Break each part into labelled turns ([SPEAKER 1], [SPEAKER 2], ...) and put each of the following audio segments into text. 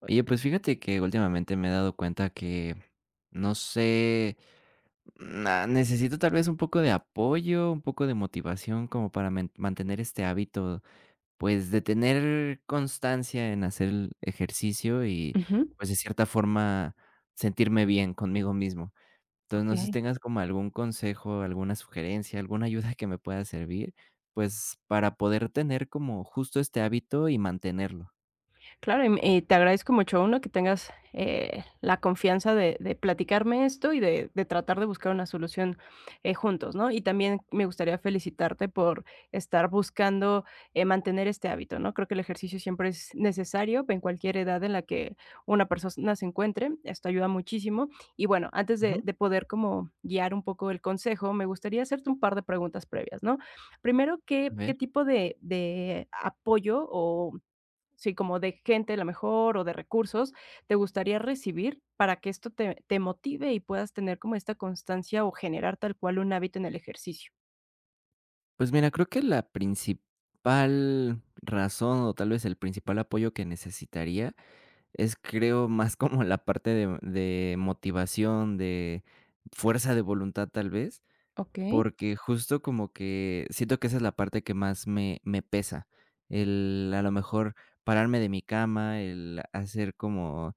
[SPEAKER 1] Oye, pues fíjate que últimamente me he dado cuenta que, no sé, necesito tal vez un poco de apoyo, un poco de motivación como para mantener este hábito, pues de tener constancia en hacer el ejercicio y
[SPEAKER 2] Ujú,
[SPEAKER 1] pues de cierta forma sentirme bien conmigo mismo. Entonces, no sé si
[SPEAKER 2] okey.
[SPEAKER 1] tengas como algún consejo, alguna sugerencia, alguna ayuda que me pueda servir, pues para poder tener como justo este hábito y mantenerlo.
[SPEAKER 2] Claro, y te agradezco mucho, uno, que tengas, la confianza de platicarme esto y de tratar de buscar una solución, juntos, ¿no? Y también me gustaría felicitarte por estar buscando, mantener este hábito, ¿no? Creo que el ejercicio siempre es necesario en cualquier edad en la que una persona se encuentre, esto ayuda muchísimo. Y bueno, antes de
[SPEAKER 1] Ujú.
[SPEAKER 2] de poder como guiar un poco el consejo, me gustaría hacerte un par de preguntas previas, ¿no? Primero, ¿qué
[SPEAKER 1] A ver.
[SPEAKER 2] qué tipo de apoyo o? Sí, como de gente a lo mejor o de recursos, te gustaría recibir para que esto te motive y puedas tener como esta constancia o generar tal cual un hábito en el ejercicio.
[SPEAKER 1] Pues mira, creo que la principal razón, o tal vez el principal apoyo que necesitaría es, creo, más como la parte de motivación, de fuerza de voluntad, tal vez,
[SPEAKER 2] Okey.
[SPEAKER 1] porque justo como que siento que esa es la parte que más me pesa. El, a lo mejor, pararme de mi cama, el hacer como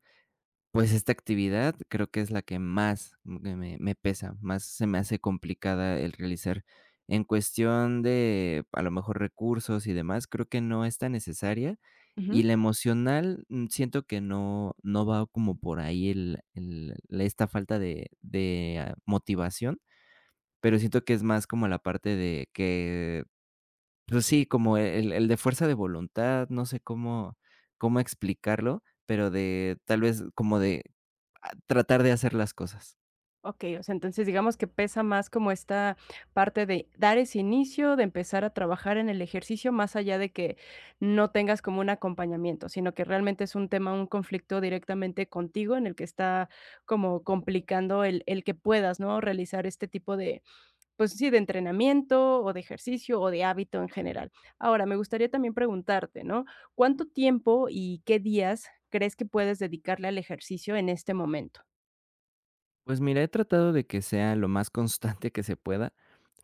[SPEAKER 1] pues esta actividad creo que es la que más me pesa, más se me hace complicada el realizar. En cuestión de, a lo mejor, recursos y demás, creo que no es tan necesaria, y
[SPEAKER 2] Ujú.
[SPEAKER 1] la emocional, siento que no va como por ahí el la esta falta de motivación, pero siento que es más como la parte de que, pues sí, como el de fuerza de voluntad, no sé cómo explicarlo, pero de tal vez como de a tratar de hacer las cosas.
[SPEAKER 2] Okey, o sea, entonces digamos que pesa más como esta parte de dar ese inicio, de empezar a trabajar en el ejercicio, más allá de que no tengas como un acompañamiento, sino que realmente es un tema, un conflicto directamente contigo en el que está como complicando el que puedas, ¿no?, realizar este tipo de, pues sí, de entrenamiento o de ejercicio o de hábito en general. Ahora, me gustaría también preguntarte, ¿no? ¿Cuánto tiempo y qué días crees que puedes dedicarle al ejercicio en este momento?
[SPEAKER 1] Pues mira, he tratado de que sea lo más constante que se pueda.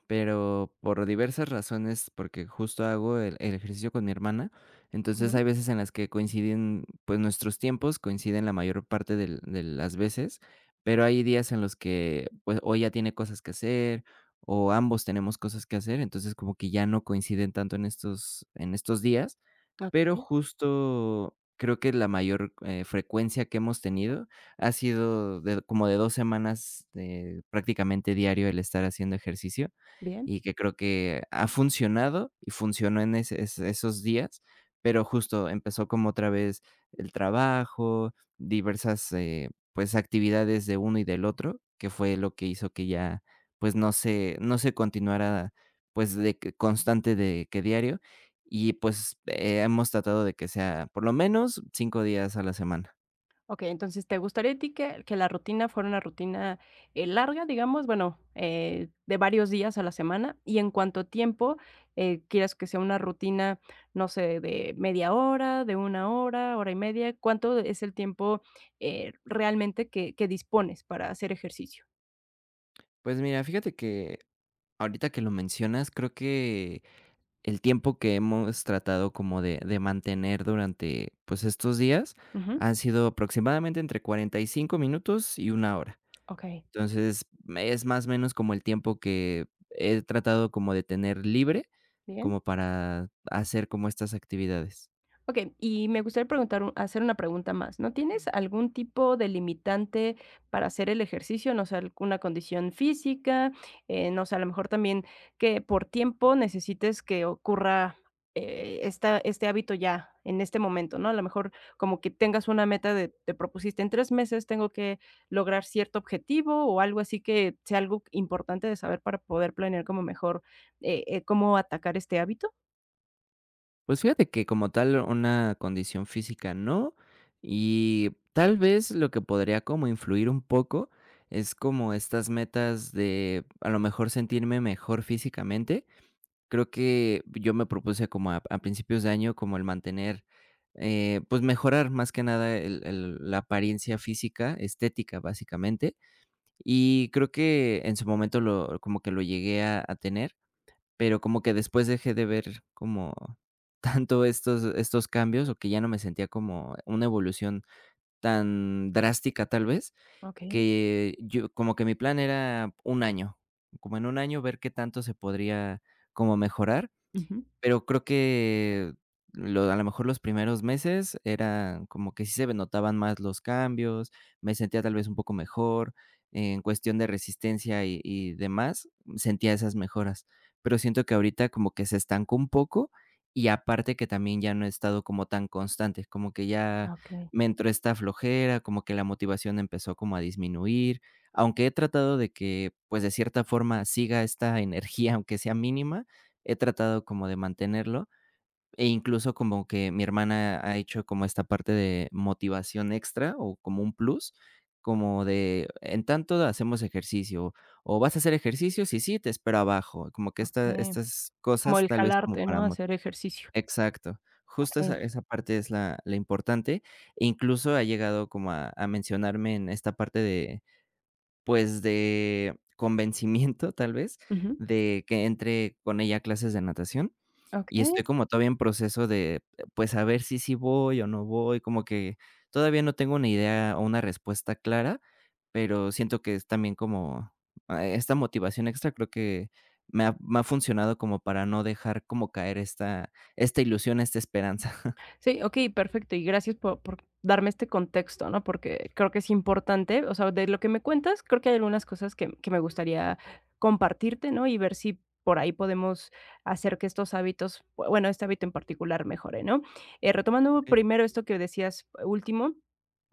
[SPEAKER 1] Pero por diversas razones, porque justo hago el ejercicio con mi hermana, entonces
[SPEAKER 2] Ujú.
[SPEAKER 1] hay veces en las que coinciden, pues, nuestros tiempos, coinciden la mayor parte del de las veces, pero hay días en los que, pues, o ella tiene cosas que hacer, o ambos tenemos cosas que hacer, entonces como que ya no coinciden tanto en estos días, pero
[SPEAKER 2] Okey,
[SPEAKER 1] justo creo que la mayor, frecuencia que hemos tenido ha sido de como de 2 semanas de prácticamente diario el estar haciendo ejercicio.
[SPEAKER 2] bien.
[SPEAKER 1] Y que creo que ha funcionado y funcionó en ese es esos días, pero justo empezó como otra vez el trabajo, diversas, pues, actividades de uno y del otro, que fue lo que hizo que ya, pues, no se continuara, pues, de que constante de que diario y, pues, hemos tratado de que sea por lo menos 5 días a la semana.
[SPEAKER 2] Okey, entonces, ¿te gustaría a ti que la rutina fuera una rutina, larga, digamos? Bueno, de varios días a la semana, y en cuanto a tiempo, ¿quieres que sea una rutina, no sé, de media hora, de una hora, hora y media? ¿Cuánto es el tiempo, realmente que dispones para hacer ejercicio?
[SPEAKER 1] Pues mira, fíjate que ahorita que lo mencionas, creo que el tiempo que hemos tratado como de mantener durante, pues, estos días
[SPEAKER 2] Ujú,
[SPEAKER 1] han sido aproximadamente entre 45 minutos y una hora.
[SPEAKER 2] okey,
[SPEAKER 1] Entonces, es más o menos como el tiempo que he tratado como de tener libre,
[SPEAKER 2] bien.
[SPEAKER 1] como para hacer como estas actividades.
[SPEAKER 2] Okey, y me gustaría preguntar un hacer una pregunta más. ¿No tienes algún tipo de limitante para hacer el ejercicio? No sé, alguna condición física, no sé, a lo mejor también que por tiempo necesites que ocurra, esta este hábito ya en este momento, ¿no? A lo mejor como que tengas una meta de te propusiste en 3 meses tengo que lograr cierto objetivo o algo así que sea algo importante de saber para poder planear como mejor, cómo atacar este hábito.
[SPEAKER 1] Pues fíjate que como tal una condición física no, y tal vez lo que podría como influir un poco es como estas metas de a lo mejor sentirme mejor físicamente. Creo que yo me propuse como a principios de año, como el mantener, pues, mejorar más que nada el el la apariencia física, estética, básicamente. Y creo que en su momento lo como que lo llegué a tener, pero como que después dejé de ver como tanto estos cambios, o que ya no me sentía como una evolución tan drástica, tal vez,
[SPEAKER 2] Okey.
[SPEAKER 1] que yo como que mi plan era un año, como en un año ver qué tanto se podría como mejorar,
[SPEAKER 2] Ujú.
[SPEAKER 1] pero creo que lo mejor los primeros meses eran como que sí se notaban más los cambios, me sentía tal vez un poco mejor, en cuestión de resistencia y demás, sentía esas mejoras. Pero siento que ahorita como que se estancó un poco y aparte que también ya no he estado como tan constante, como que ya
[SPEAKER 2] Okey,
[SPEAKER 1] me entró esta flojera, como que la motivación empezó como a disminuir, aunque he tratado de que, pues, de cierta forma siga esta energía, aunque sea mínima, he tratado como de mantenerlo, e incluso como que mi hermana ha hecho como esta parte de motivación extra o como un plus, como de en tanto hacemos ejercicio o vas a hacer ejercicio, sí sí, te espero abajo, como que esta
[SPEAKER 2] okey.
[SPEAKER 1] estas
[SPEAKER 2] Como
[SPEAKER 1] cosas
[SPEAKER 2] el
[SPEAKER 1] tal vez como
[SPEAKER 2] jalarte, ¿no?
[SPEAKER 1] para mo,
[SPEAKER 2] Hacer ejercicio.
[SPEAKER 1] exacto, justo
[SPEAKER 2] Okey.
[SPEAKER 1] esa parte es la importante, e incluso ha llegado como a mencionarme en esta parte de, pues, de convencimiento, tal vez,
[SPEAKER 2] Ujú,
[SPEAKER 1] de que entre con ella a clases de natación. Y
[SPEAKER 2] okey.
[SPEAKER 1] estoy como todavía en proceso de, pues, a ver si sí voy o no voy, como que todavía no tengo una idea o una respuesta clara, pero siento que es también como, esta motivación extra creo que me ha funcionado como para no dejar como caer esta ilusión, esta esperanza.
[SPEAKER 2] Sí, ok, perfecto. Y gracias por darme este contexto, ¿no? Porque creo que es importante, o sea, de lo que me cuentas, creo que hay algunas cosas que me gustaría compartirte, ¿no? Y ver si por ahí podemos hacer que estos hábitos, bueno, este hábito en particular mejore, ¿no? Retomando
[SPEAKER 1] Okey,
[SPEAKER 2] primero esto que decías, último,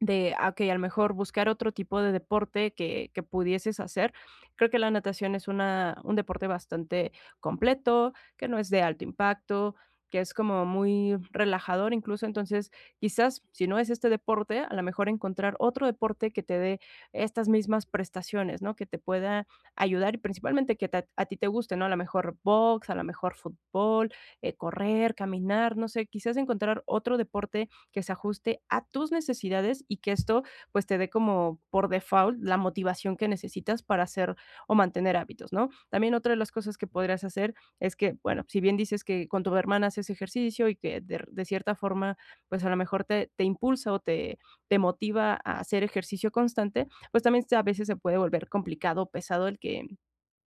[SPEAKER 2] de, ah, ok, a lo mejor buscar otro tipo de deporte que pudieses hacer. Creo que la natación es un deporte bastante completo, que no es de alto impacto, que es como muy relajador incluso. Entonces, quizás si no es este deporte, a lo mejor encontrar otro deporte que te dé estas mismas prestaciones, ¿no? Que te pueda ayudar y principalmente que a ti te guste, ¿no? A lo mejor box, a lo mejor fútbol, correr, caminar, no sé, quizás encontrar otro deporte que se ajuste a tus necesidades y que esto pues te dé como por default la motivación que necesitas para hacer o mantener hábitos, ¿no? También otra de las cosas que podrías hacer es que, bueno, si bien dices que con tu hermana haces ejercicio y que de cierta forma, pues a lo mejor te impulsa o te motiva a hacer ejercicio constante, pues también a veces se puede volver complicado o pesado el que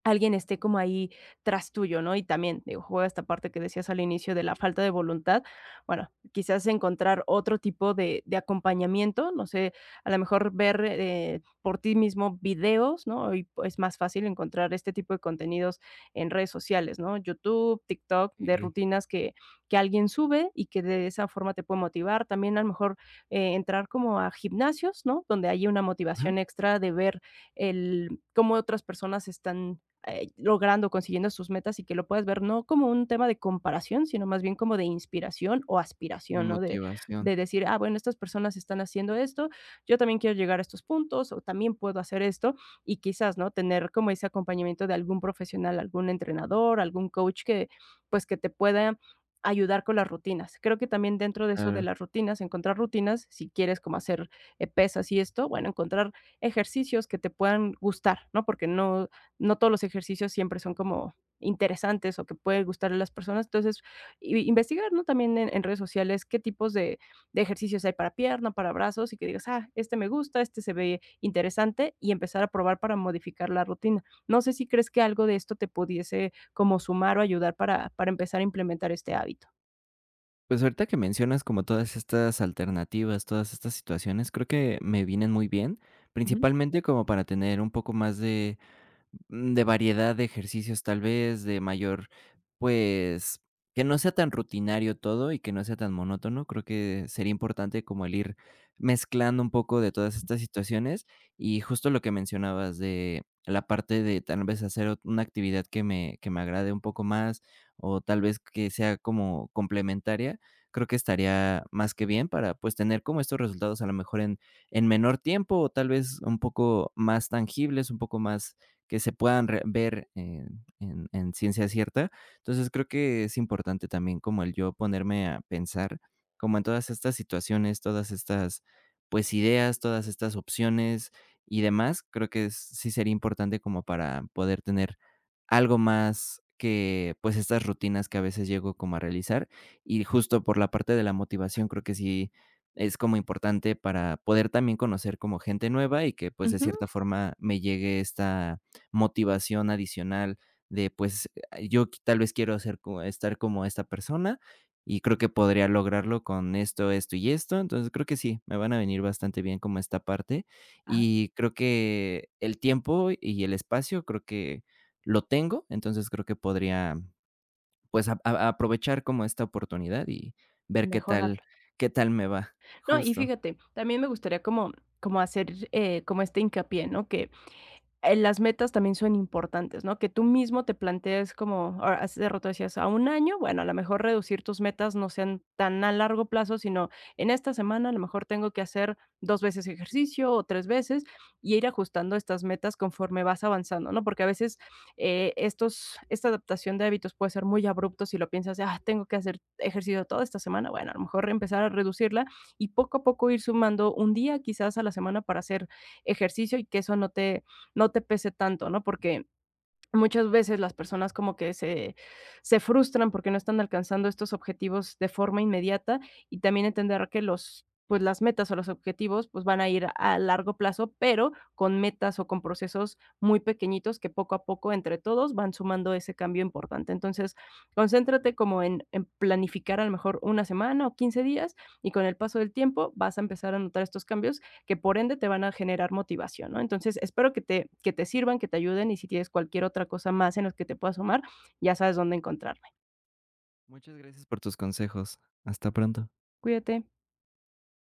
[SPEAKER 2] alguien esté como ahí tras tuyo, ¿no? Y también, digo, juega esta parte que decías al inicio de la falta de voluntad. Bueno, quizás encontrar otro tipo de acompañamiento, no sé, a lo mejor ver, por ti mismo videos, ¿no? Hoy es más fácil encontrar este tipo de contenidos en redes sociales, ¿no? YouTube, TikTok, de
[SPEAKER 1] okey.
[SPEAKER 2] rutinas que alguien sube y que de esa forma te puede motivar. También a lo mejor, entrar como a gimnasios, ¿no? Donde haya una
[SPEAKER 1] Ajá,
[SPEAKER 2] motivación extra de ver el cómo otras personas están logrando, consiguiendo sus metas y que lo puedas ver no como un tema de comparación, sino más bien como de inspiración o
[SPEAKER 1] de
[SPEAKER 2] aspiración, ¿no? De,
[SPEAKER 1] motivación,
[SPEAKER 2] de decir, ah, bueno, estas personas están haciendo esto, yo también quiero llegar a estos puntos o también puedo hacer esto y quizás, ¿no? Tener como ese acompañamiento de algún profesional, algún entrenador, algún coach que, pues, que te pueda ayudar con las rutinas. Creo que también dentro de eso de
[SPEAKER 1] claro.
[SPEAKER 2] las rutinas, encontrar rutinas, si quieres como hacer pesas y esto, bueno, encontrar ejercicios que te puedan gustar, ¿no? Porque no todos los ejercicios siempre son como interesantes o que pueden gustarle a las personas. Entonces, i investigar, ¿no? También en redes sociales qué tipos de ejercicios hay para pierna, para brazos y que digas: "Ah, este me gusta, este se ve interesante", y empezar a probar para modificar la rutina. No sé si crees que algo de esto te pudiese como sumar o ayudar para empezar a implementar este hábito.
[SPEAKER 1] Pues, ahorita que mencionas como todas estas alternativas, todas estas situaciones, creo que me vienen muy bien,
[SPEAKER 2] Ujú,
[SPEAKER 1] principalmente como para tener un poco más de de variedad de ejercicios tal vez, de mayor, pues, que no sea tan rutinario todo y que no sea tan monótono. Creo que sería importante como el ir mezclando un poco de todas estas situaciones y justo lo que mencionabas de la parte de tal vez hacer una actividad que me agrade un poco más o tal vez que sea como complementaria, creo que estaría más que bien para pues tener como estos resultados a lo mejor en menor tiempo o tal vez un poco más tangibles, un poco más que se puedan ver, en ciencia cierta. Entonces creo que es importante también como el yo ponerme a pensar como en todas estas situaciones, todas estas pues ideas, todas estas opciones y demás. Creo que sí sería importante como para poder tener algo más que pues estas rutinas que a veces llego como a realizar y justo por la parte de la motivación creo que sí es como importante para poder también conocer como gente nueva y que pues de
[SPEAKER 2] ujú.
[SPEAKER 1] cierta forma me llegue esta motivación adicional de, pues, yo tal vez quiero hacer co estar como esta persona y creo que podría lograrlo con esto, esto y esto. Entonces, creo que sí, me van a venir bastante bien como esta parte.
[SPEAKER 2] Ajá,
[SPEAKER 1] Y creo que el tiempo y el espacio creo que lo tengo, entonces creo que podría, pues, a aprovechar como esta oportunidad y ver qué tal
[SPEAKER 2] mejorarlo.
[SPEAKER 1] qué tal me va.
[SPEAKER 2] No, y
[SPEAKER 1] Justo.
[SPEAKER 2] fíjate, también me gustaría como hacer, como este hincapié, ¿no? Que las metas también son importantes, ¿no? Que tú mismo te plantees como, ahora, hace rato decías, a un año, bueno, a lo mejor reducir tus metas no sean tan a largo plazo, sino en esta semana a lo mejor tengo que hacer 2 veces ejercicio o 3 veces y ir ajustando estas metas conforme vas avanzando, ¿no? Porque a veces esta adaptación de hábitos puede ser muy abrupto si lo piensas, de, ah, tengo que hacer ejercicio toda esta semana, bueno, a lo mejor empezar a reducirla y poco a poco ir sumando un día quizás a la semana para hacer ejercicio y que eso no te pese tanto, ¿no? Porque muchas veces las personas como que se frustran porque no están alcanzando estos objetivos de forma inmediata y también entender que los pues las metas o los objetivos pues van a ir a largo plazo, pero con metas o con procesos muy pequeñitos que poco a poco entre todos van sumando ese cambio importante. Entonces, concéntrate como en planificar a lo mejor una semana o 15 días y con el paso del tiempo vas a empezar a notar estos cambios que por ende te van a generar motivación, ¿no? Entonces, espero que te sirvan, que te ayuden y si tienes cualquier otra cosa más en la que te pueda sumar, ya sabes dónde encontrarme.
[SPEAKER 1] Muchas gracias por tus consejos. Hasta pronto.
[SPEAKER 2] Cuídate.